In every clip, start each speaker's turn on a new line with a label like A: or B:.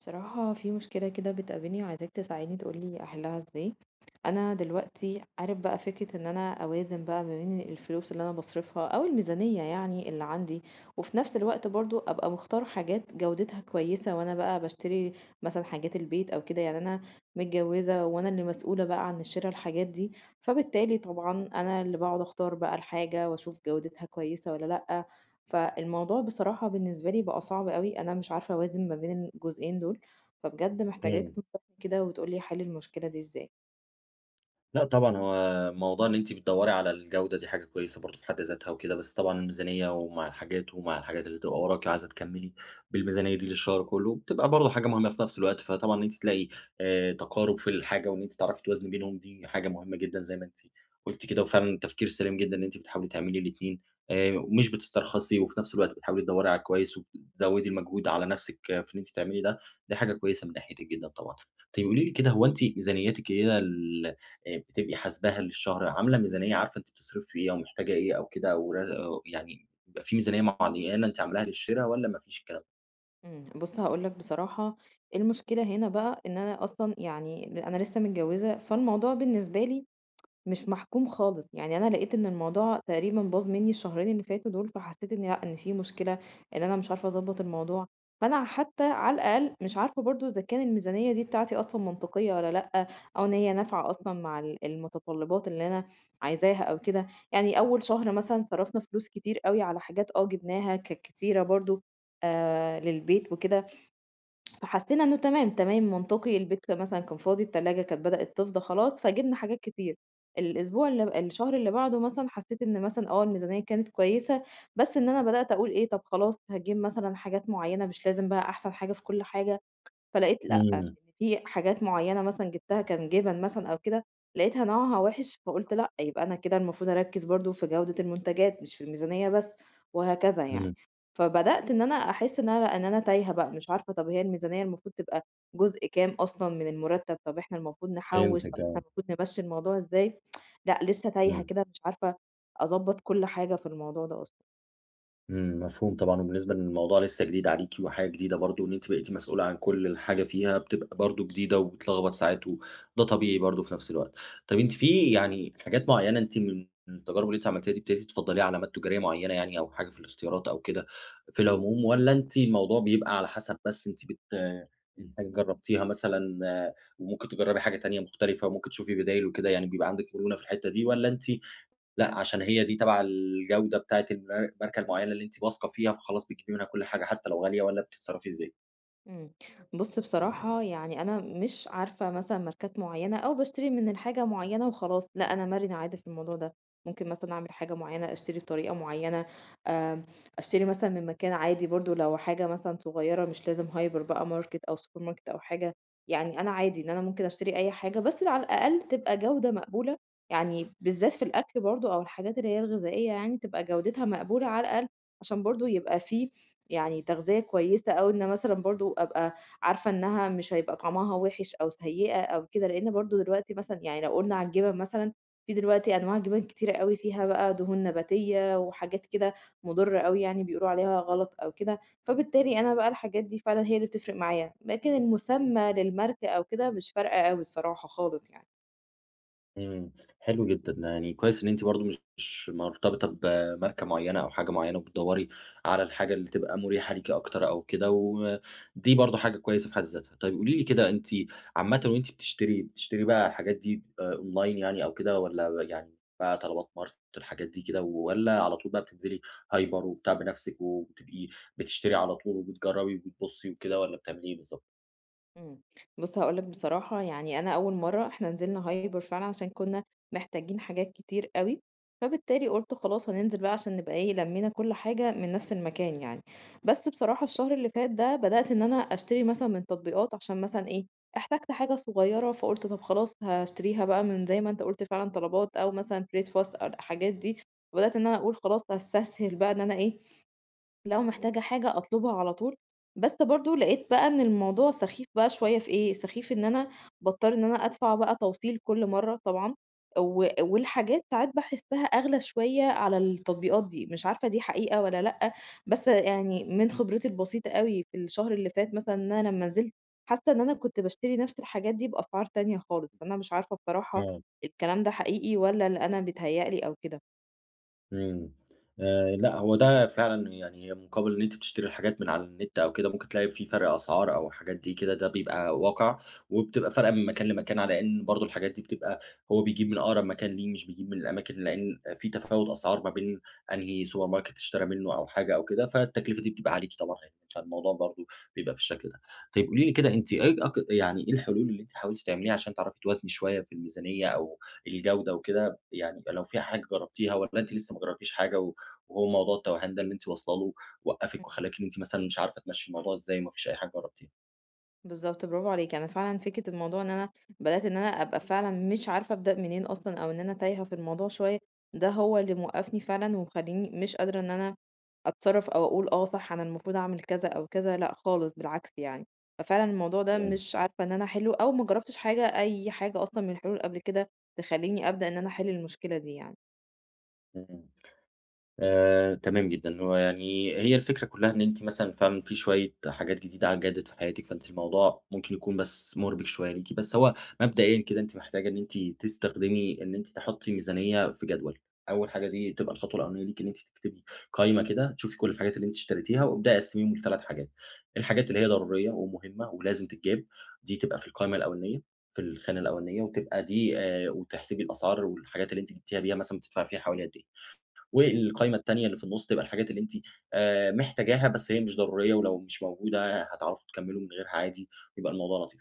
A: بصراحة في مشكلة كده بتقابلني وعايزاك تساعدني تقولي أحلها ازاي. أنا دلوقتي عارف بقى فكرة إن أنا أوازن بقى ما بين الفلوس اللي أنا بصرفها أو الميزانية يعني اللي عندي، وفي نفس الوقت برضو أبقى مختار حاجات جودتها كويسة وأنا بقى بشتري مثلا حاجات البيت أو كده. يعني أنا متجوزة وأنا اللي مسؤولة بقى عن شراء الحاجات دي، فبالتالي طبعا أنا اللي بقعد أختار بقى الحاجة وأشوف جودتها كويسة ولا لأ. فالموضوع بصراحة بالنسبة لي بقى صعب أوي، أنا مش عارفة أوازن ما بين الجزئين دول، فبجد محتاجاك
B: إمم.
A: تنصحني كده وتقول لي حل المشكلة دي إزاي.
B: لا طبعًا هو موضوع إن أنتِ بتدوّري على الجودة دي حاجة كويسة برضه في حد ذاتها وكده، بس طبعًا الميزانية ومع الحاجات اللي تبقى وراكِ وعايزة تكمّلي بالميزانية دي للشهر كُلّه، بتبقى برضه حاجة مهمة في نفس الوقت، فطبعًا إن أنتِ تلاقي تقارُب في الحاجة وإن أنتِ تعرفي توازني بينهم دي حاجة مهمة جدًا زي ما أنتِ قُلتِ كده، وفعلًا تفكير سليم جدًا إن أنتِ بتحاولي تعملي الاتنين ومش بتسترخصي وفي نفس الوقت بتحاولي تدوّري على الكويس وبتزوّدي المجهود على نفسِك آه، في إن أنتِ تعملي ده، دي حاجة كويسة من ناحيتِك جدًا طبعًا. طيب قولي لي كده، هو أنتِ ميزانيتِك كده ال بتبقي حاسباها للشهر، عاملة ميزانية عارفة أنتِ بتصرفي في إيه أو محتاجة إيه أو كده أو ر يعني بيبقى في ميزانية معيّنة أنتِ عاملاها للشرا والّا ما فيش الكلام ده؟
A: إمم، بُص هاقول لك بصراحة، المشكلة هنا بقى إن أنا أصلًا يعني أنا لسه متجوزة، فالموضوع بالنسبة لي مش محكوم خالص، يعني أنا لقيت إن الموضوع تقريبًا باظ منّي الشهرين اللي فاتوا دول، فحسّيت إن لأ، إن في مشكلة، إن أنا مش عارفة أضبّط الموضوع، فأنا حتى على الأقل مش عارفة برضه إذا كان الميزانية دي بتاعتي أصلًا منطقية والّا لأ، أو إن هي نافعة أصلًا مع المتطلبات اللي أنا عايزاها أو كده. يعني أول شهر مثلًا صرفنا فلوس كتير أوي على حاجات آه جبناها كانت كتيرة برضه للبيت وكده. فحسينا إنه تمام، تمام منطقي، البيت مثلًا كان فاضي، التلاجة كانت بدأت تفضى خلاص، فجِبنا حاجات كتير. الأسبوع اللي الشهر اللي بعده مثلًا حسيت إن مثلًا آه، الميزانية كانت كويسة، بس إن أنا بدأت أقول إيه، طب خلاص هاجيب مثلًا حاجات معيّنة، مش لازم بقى أحسن حاجة في كل حاجة. فلقيت لأ، إن
B: إمم،
A: في حاجات معيّنة مثلًا جِبتها كان جِبَن مثلًا أو كده، لقيتها نوعها وِحِش فقُلت لأ، يبقى أنا كده المفروض أركّز برضه في جودة المنتجات مش في الميزانية بس، وهكذا يعني.
B: إمم،
A: فبدأت إن أنا أحس إن أنا تايهة بقى، مش عارفة طَب هي الميزانية المفروض تبقى جزء كام أصلًا من المُرتّب، طَب إحنا المفروض نحوّش، طَب
B: فهمتِك
A: إحنا
B: آه،
A: المفروض نمشّي الموضوع إزاي؟ لأ، لسه تايهة
B: إمم.
A: كده مش عارفة أضبّط كل حاجة في الموضوع ده أصلًا.
B: إمم، مفهوم طبعًا، وبالنسبة إن الموضوع لسه جديد عليكِ وحاجة جديدة برضه، وإن أنتِ بقيتِ مسؤولة عن كل حاجة فيها بتبقى برضه جديدة وبتلخبط ساعات، وده طبيعي برضه في نفس الوقت. طب أنتِ في يعني حاجات معيّنة أنتِ من التجارب اللي أنتِ عملتيها دي ابتديتِ تفضّليها علامات تجارية معيّنة، يعني أو حاجة في الاختيارات أو كده في العموم، والّا أنتِ الموضوع بيبقى على حسب، بس أنتِ يعني حاجة جرّبتيها مثلًا آه، وممكن تجرّبي حاجة تانية مختلفة وممكن تشوفي بدايل وكده، يعني بيبقى عندِك مرونة في الحتّة دي، والّا أنتِ لأ، عشان هي دي تبع الجودة بتاعة الماركة المعيّنة اللي أنتِ واثقة فيها، فخلاص بتجيبي منها كل حاجة حتى لو غالية، والّا بتتصرّفي إزاي؟
A: إمم، بُص بصراحة يعني أنا مش عارفة مثلًا ماركات معيّنة أو باشتري من الحاجة معيّنة وخلاص، لأ أنا مرنة عادي في الموضوع ده، ممكن مثلًا أعمل حاجة معيّنة، أشتري بطريقة معيّنة، آمم، أشتري مثلًا من مكان عادي برضه لو حاجة مثلًا صغيّرة مش لازم هايبر بقى ماركت أو سوبر ماركت أو حاجة. يعني أنا عادي إن أنا ممكن أشتري أي حاجة بس على الأقل تبقى جودة مقبولة، يعني بالذات في الأكل برضه أو الحاجات اللي هي الغذائية يعني تبقى جودتها مقبولة على الأقل، عشان برضه يبقى في يعني تغذية كويسة أو إن مثلًا برضه أبقى عارفة إنها مش هيبقى طعمها وِحِش أو سيئة أو كده، لإن برضه دلوقتي مثلًا يعني لو قُلنا على الجبن مثلًا، في دلوقتي أنواع جبن كتيرة أوي فيها بقى دهون نباتية وحاجات كده مُضرة أوي يعني بيقولوا عليها غلط أو كده، فبالتالي أنا بقى الحاجات دي فعلًا هي اللي بتفرق معايا، لكن المُسمّى للماركة أو كده مش فارقة أوي الصراحة خالص يعني.
B: إمم، حلو جدًا، يعني كويس إن أنتِ برضه مش مرتبطة بماركة معيّنة أو حاجة معيّنة وبتدوّري على الحاجة اللي تبقى مريحة ليكِ أكتر أو كده، ودي برضه حاجة كويسة في حد ذاتها. طيب قولي لي كده، أنتِ عامةً وأنتِ بتشتري، بقى الحاجات دي أونلاين يعني أو كده، والّا يعني بقى طلبات ماركت الحاجات دي كده، والّا على طول بقى بتنزلي هايبر وبتاع بنفسِك وبتبقي بتشتري على طول وبتجرّبي وبتبُصّي وكده، والّا بتعملي إيه بالضبط؟
A: إمم، بُص هاقول لك بصراحة، يعني أنا أول مرّة إحنا نزلنا Hyper فعلًا عشان كُنّا محتاجين حاجات كتير أوي، فبالتالي قُلت خلاص هننزل بقى عشان نبقى إيه، لمّينا كل حاجة من نفس المكان يعني. بس بصراحة الشهر اللي فات ده بدأت إن أنا أشتري مثلًا من تطبيقات عشان مثلًا إيه، احتجت حاجة صغيّرة فقُلت طب خلاص هاشتريها بقى من زي ما أنت قُلت فعلًا طلبات أو مثلًا breakfast أو الحاجات دي، وبدأت إن أنا أقول خلاص هاستسهل بقى إن أنا إيه، لو محتاجة حاجة أطلبها على طول، بس برضه لقيت بقى إن الموضوع سخيف بقى شوية في إيه، سخيف إن أنا باضطر إن أنا أدفع بقى توصيل كل مرّة طبعًا، والحاجات ساعات باحسّها أغلى شوية على التطبيقات دي، مش عارفة دي حقيقة والّا لأ، بس يعني من خبرتي البسيطة أوي في الشهر اللي فات مثلًا إن أنا لمّا نزلت، حاسة إن أنا كنت باشتري نفس الحاجات دي بأسعار تانية خالص، فأنا مش عارفة بصراحة
B: آه.
A: الكلام ده حقيقي والّا اللي أنا بيتهيأ لي أو كده.
B: إمم. لأ، هو ده فعلًا يعني، مقابل إن أنتِ بتشتري الحاجات من على النت أو كده، ممكن تلاقي في فرق أسعار أو الحاجات دي كده، ده بيبقى واقع، وبتبقى فارقة من مكان لمكان، على إن برضه الحاجات دي بتبقى هو بيجيب من أقرب مكان ليه، مش بيجيب من الأماكن، لإن في تفاوت أسعار ما بين أنهي سوبر ماركت اشترى منه أو حاجة أو كده، فالتكلفة دي بتبقى عليكِ طبعًا، يعني فالموضوع برضه بيبقى في الشكل ده. طيب قولي لي كده، أنتِ إيه يعني إيه الحلول اللي أنتِ حاولتِ تعمليها عشان تعرفي توازني شوية في الميزانية أو الجودة وكده؟ يعني لو في حاجة جرّبتيها، والّا أنتِ لسه ما جرّبتيش حاجة، و وهو موضوع التوهان ده اللي أنتِ واصلة له وقّفِك
A: إمم،
B: وخلّاكِ إن أنتِ مثلًا مش عارفة تمشّي الموضوع إزاي وما فيش أي حاجة جرّبتيها؟
A: بالضبط، برافو عليكِ. أنا فعلًا فكرة الموضوع إن أنا بدأت إن أنا أبقى فعلًا مش عارفة أبدأ منين أصلًا أو إن أنا تايهة في الموضوع شوية، ده هو اللي موقّفني فعلًا ومخلّيني مش قادرة إن أنا أتصرّف أو أقول آه صح، أنا المفروض أعمل كذا أو كذا، لأ خالص بالعكس يعني. ففعلًا الموضوع ده
B: إمم،
A: مش عارفة إن أنا أحِلّه أو ما جرّبتش حاجة أي حاجة أصلًا من الحلول قبل كده تخلّيني أبدأ إن أنا أحِل المشكلة دي يعني.
B: إمم. تمام جدًا، هو يعني هي الفكرة كلّها إن أنتِ مثلًا فعلًا في شوية حاجات جديدة جَدِّت في حياتِك، فأنتِ الموضوع ممكن يكون بس مُربِك شوية ليكِ، بس هو مبدئيًا كده أنتِ محتاجة إن أنتِ تستخدمي إن أنتِ تحُطّي ميزانية في جدول، أول حاجة دي تبقى الخطوة الأولانية ليكِ، إن أنتِ تكتبي قايمة كده، تشوفي كل الحاجات اللي أنتِ اشتريتيها وابدئي قسّميهم ل3 حاجات. الحاجات اللي هي ضرورية ومهمة ولازم تتجاب، دي تبقى في القايمة الأولانية، في الخانة الأولانية، وتبقى دي وتحسبي الأسعار والحاجات اللي أنتِ جبتيها بيها مثلًا بتدفعي فيها حوالي قد إيه. والقايمة التانية اللي في النُص تبقى الحاجات اللي أنتِ محتاجاها، بس هي مش ضرورية، ولو مش موجودة هتعرفوا تكمّلوا من غيرها عادي، يبقى الموضوع لطيف.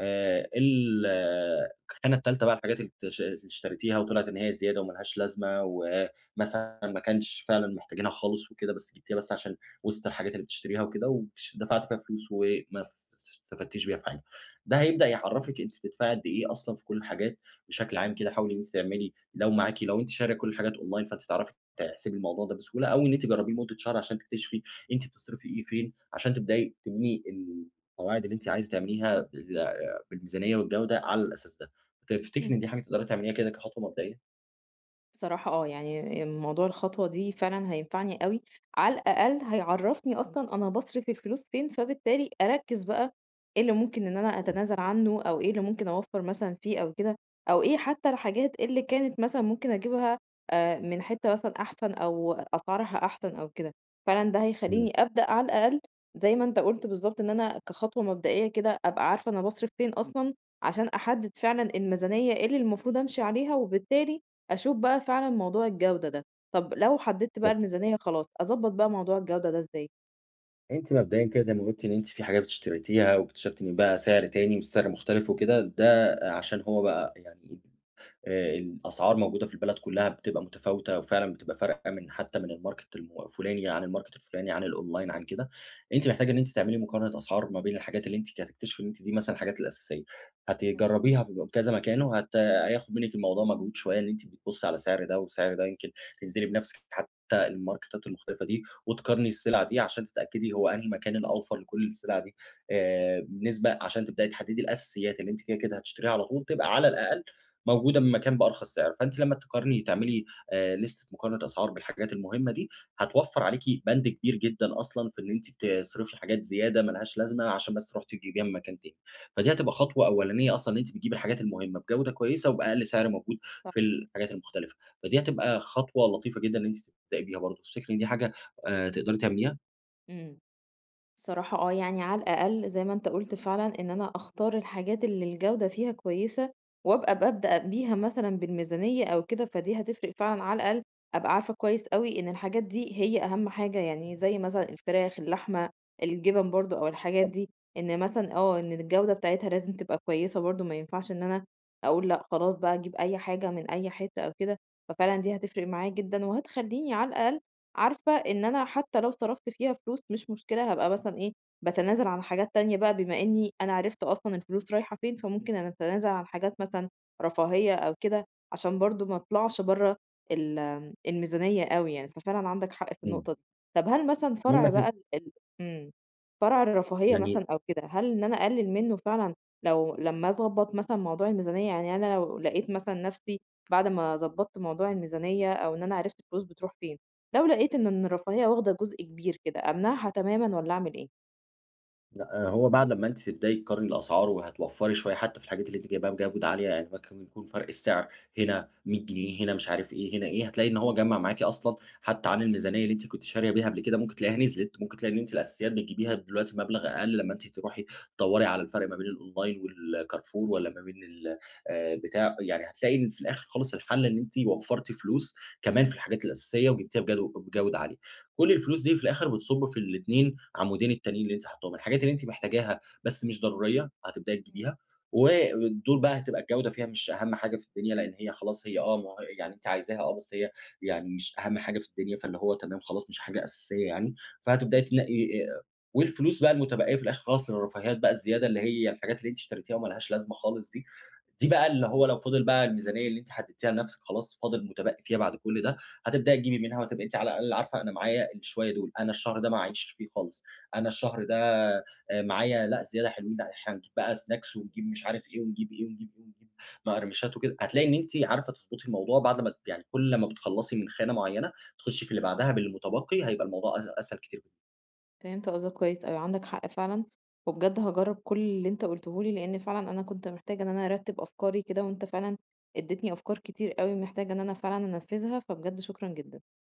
B: ال آه، الخانة التالتة بقى الحاجات اللي اللي اشتريتيها وطلعت إن هي زيادة وما لهاش لازمة، ومثلًا ما كانش فعلًا محتاجينها خالص وكده، بس جبتيها بس عشان وسط الحاجات اللي بتشتريها وكده، وش دفعتِ فيها فلوس وما استفدتيش بيها في حاجة. ده هيبدأ يعرّفِك أنتِ بتدفعي قد إيه أصلًا في كل الحاجات بشكل عام كده. حاولي إن أنتِ تعملي، لو معاكِ لو أنتِ شارية كل الحاجات أونلاين فأنتِ تعرفي تحسبي الموضوع ده بسهولة، أو إن أنتِ تجربيه لمدة شهر عشان تكتشفي أنتِ بتصرفي إيه فين، عشان تبدئي تبني القواعد اللي أنتِ عايزة تعمليها بالميزانية والجودة على الأساس ده.
A: مم.
B: تفتكري إن دي حاجة تقدري تعمليها كده كخطوة مبدئية؟
A: بصراحة آه، يعني موضوع الخطوة دي فعلًا هينفعني أوي، على الأقل هيعرّفني أصلًا أنا باصرف الفلوس فين، فبالتالي أركّز بقى إيه اللي ممكن إن أنا
B: إمم،
A: أتنازل عنه، أو إيه اللي ممكن أوفّر مثلًا فيه أو كده، أو إيه حتى الحاجات اللي كانت مثلًا ممكن أجيبها من حتّة مثلًا أحسن أو أسعارها أحسن أو كده. فعلًا ده
B: إمم،
A: هيخلّيني أبدأ على الأقل زي ما أنت قُلت بالضبط، إن أنا كخطوة مبدئية كده أبقى عارفة أنا باصرف فين أصلًا، عشان أحدد فعلًا الميزانية اللي المفروض أمشي عليها، وبالتالي أشوف بقى فعلًا موضوع الجودة ده. طب لو حددت بقى
B: بالضبط.
A: الميزانية خلاص، أضبط بقى موضوع الجودة ده إزاي؟
B: أنتِ مبدئيًا كده زي ما قلتِ إن أنتِ في حاجات اشتريتيها واكتشفتِ إن بقى سعر تاني والسعر مختلف وكده، ده عشان هو بقى يعني الأسعار موجودة في البلد كلّها بتبقى متفاوتة، وفعلًا بتبقى فارقة من حتى من الmarket الفلاني عن الmarket الفلاني، عن الonline عن كده. أنتِ محتاجة إن أنتِ تعملي مقارنة أسعار ما بين الحاجات اللي أنتِ هتكتشفي إن أنتِ دي مثلًا الحاجات الأساسية،
A: إمم.
B: هتجربيها في كذا مكان، هياخد منِّك الموضوع مجهود شوية إن أنتِ بتبُصّي على سعر ده وسعر ده، يمكن تنزلي بنفسِك حتى الماركتات المختلفة دي، وتقارني السلع دي عشان تتأكدي هو أنهي مكان الأوفر لكل السلع دي، بنسبة عشان تبدئي تحددي الأساسيات اللي أنتِ كده، كده هتشتريها على طول، تبقى على الأقل موجودة من مكان بأرخص سعر. فأنتِ لمّا تقارني تعملي لِستة مقارنة أسعار بالحاجات المهمة دي، هتوفّر عليكِ بند كبير جدًا أصلًا في إن أنتِ بتصرفي حاجات زيادة ما لهاش لازمة عشان بس رُحتِ تجيبيها من مكان تاني. فدي هتبقى خطوة أولانية أصلًا، إن أنتِ بتجيبي الحاجات المهمة بجودة كويسة وبأقل سعر موجود
A: صح.
B: في الحاجات المختلفة، فدي هتبقى خطوة لطيفة جدًا إن أنتِ تبدئي بيها برضه. تفتكري إن دي حاجة تقدري تعمليها؟
A: إمم، صراحة آه، يعني على الأقل زي ما أنت قُلت فعلًا إن أنا أختار الحاجات اللي الجودة فيها كويسة، وأبقى بابدأ بيها مثلًا بالميزانية أو كده، فدي هتفرق فعلًا على الأقل أبقى عارفة كويس أوي إن الحاجات دي هي أهم حاجة، يعني زي مثلًا الفراخ، اللحمة، الجبن برضه أو الحاجات دي، إن مثلًا آه، إن الجودة بتاعتها لازم تبقى كويسة برضه، ما ينفعش إن أنا أقول لأ خلاص بقى أجيب أي حاجة من أي حتة أو كده. ففعلًا دي هتفرق معايا جدًا، وهتخلّيني على الأقل عارفة إن أنا حتى لو صرفت فيها فلوس مش مشكلة هابقى مثلًا إيه، باتنازل عن حاجات تانية بقى بما إني أنا عرفت أصلًا الفلوس رايحة فين، فممكن أنا أتنازل عن حاجات مثلًا رفاهية أو كده، عشان برضه ما أطلعش برّه ال الميزانية أوي يعني، ففعلًا عندك حق في
B: إمم.
A: النقطة دي. طب هل مثلًا
B: كمان
A: فرع
B: ما ت
A: بقى ال ال إمم، فرع الرفاهية مثلًا
B: يعني
A: أو كده، هل إن أنا أقلل منه فعلًا لو لمّا أضبّط مثلًا موضوع الميزانية، يعني أنا لو لقيت مثلًا نفسي بعد ما ضبّطت موضوع الميزانية أو إن أنا عرفت الفلوس بتروح فين، لو لقيت إن الرفاهية واخدة جزء كبير كده، أمنعها تمامًا والّا أعمل إيه؟
B: لأ، آه، هو بعد لمّا أنتِ تبدئي تقارني الأسعار وهتوفّري شوية حتى في الحاجات اللي أنتِ جايباها بجودة عالية، يعني ممكن يكون فرق السعر هنا 100 جنيه، هنا مش عارف إيه، هنا إيه، هتلاقي إن هو جمّع معاكِ أصلًا حتى عن الميزانية اللي أنتِ كنتِ شارية بيها قبل كده، ممكن تلاقيها نزلت، ممكن تلاقي إن أنتِ الأساسيات بتجيبيها دلوقتي بمبلغ أقل لمّا أنتِ تروحي تدوّري على الفرق ما بين الأونلاين والكارفور والّا ما بين ال بتاع، يعني هتلاقي إن في الآخر خالص الحل إن أنتِ وفّرتِ فلوس كمان في الحاجات الأساسية وجبتيها بجودة عالية. كل الفلوس دي في الآخر بتصُب في الاتنين عمودين التانيين اللي أنتِ حاطاهم، الحاجات اللي أنتِ محتاجاها بس مش ضرورية هتبدئي
A: إمم،
B: تجيبيها، ودول بقى هتبقى الجودة فيها مش أهم حاجة في الدنيا، لإن هي خلاص هي آه، ما هو يعني أنتِ عايزاها آه، بس هي يعني مش أهم حاجة في الدنيا، فاللي هو تمام خلاص مش حاجة أساسية يعني، فهتبدئي
A: فاهمة،
B: تنقي والفلوس بقى المتبقية في الآخر خلاص للرفاهيات بقى الزيادة اللي هي الحاجات اللي أنتِ اشتريتيها وما لهاش لازمة خالص دي، دي بقى اللي هو لو فضل بقى الميزانية اللي أنتِ حددتيها لنفسِك خلاص فاضل متبقي فيها بعد كل ده، هتبدأي تجيبي منها وهتبقي أنتِ على الأقل عارفة أنا معايا الشوية دول، أنا الشهر ده ما اعيش فيه خالص، أنا الشهر ده معايا لأ زيادة حلوين، لأ إحنا هنجيب بقى سناكس
A: إمم،
B: ونجيب مش عارف إيه ونجيب إيه ونجيب إيه ونجيب مقرمشات وكده، هتلاقي إن أنتِ عارفة تضبطي الموضوع بعد ما يعني كل ما بتخلّصي من خانة معينة، تخشي في اللي
A: إمم.
B: بعدها بالمتبقي، هيبقى الموضوع أسهل كتير
A: فهمت قصدك كويس أوي، عندك حق فعلًا، وبجد هاجرّب كل اللي أنت قُلته لي، لإن فعلًا أنا كنت محتاجة إن أنا أرتّب أفكاري كده، وأنت فعلًا ادّيتني أفكار كتير أوي محتاجة إن أنا فعلًا أنفّذها، فبجد شكرًا جدًا.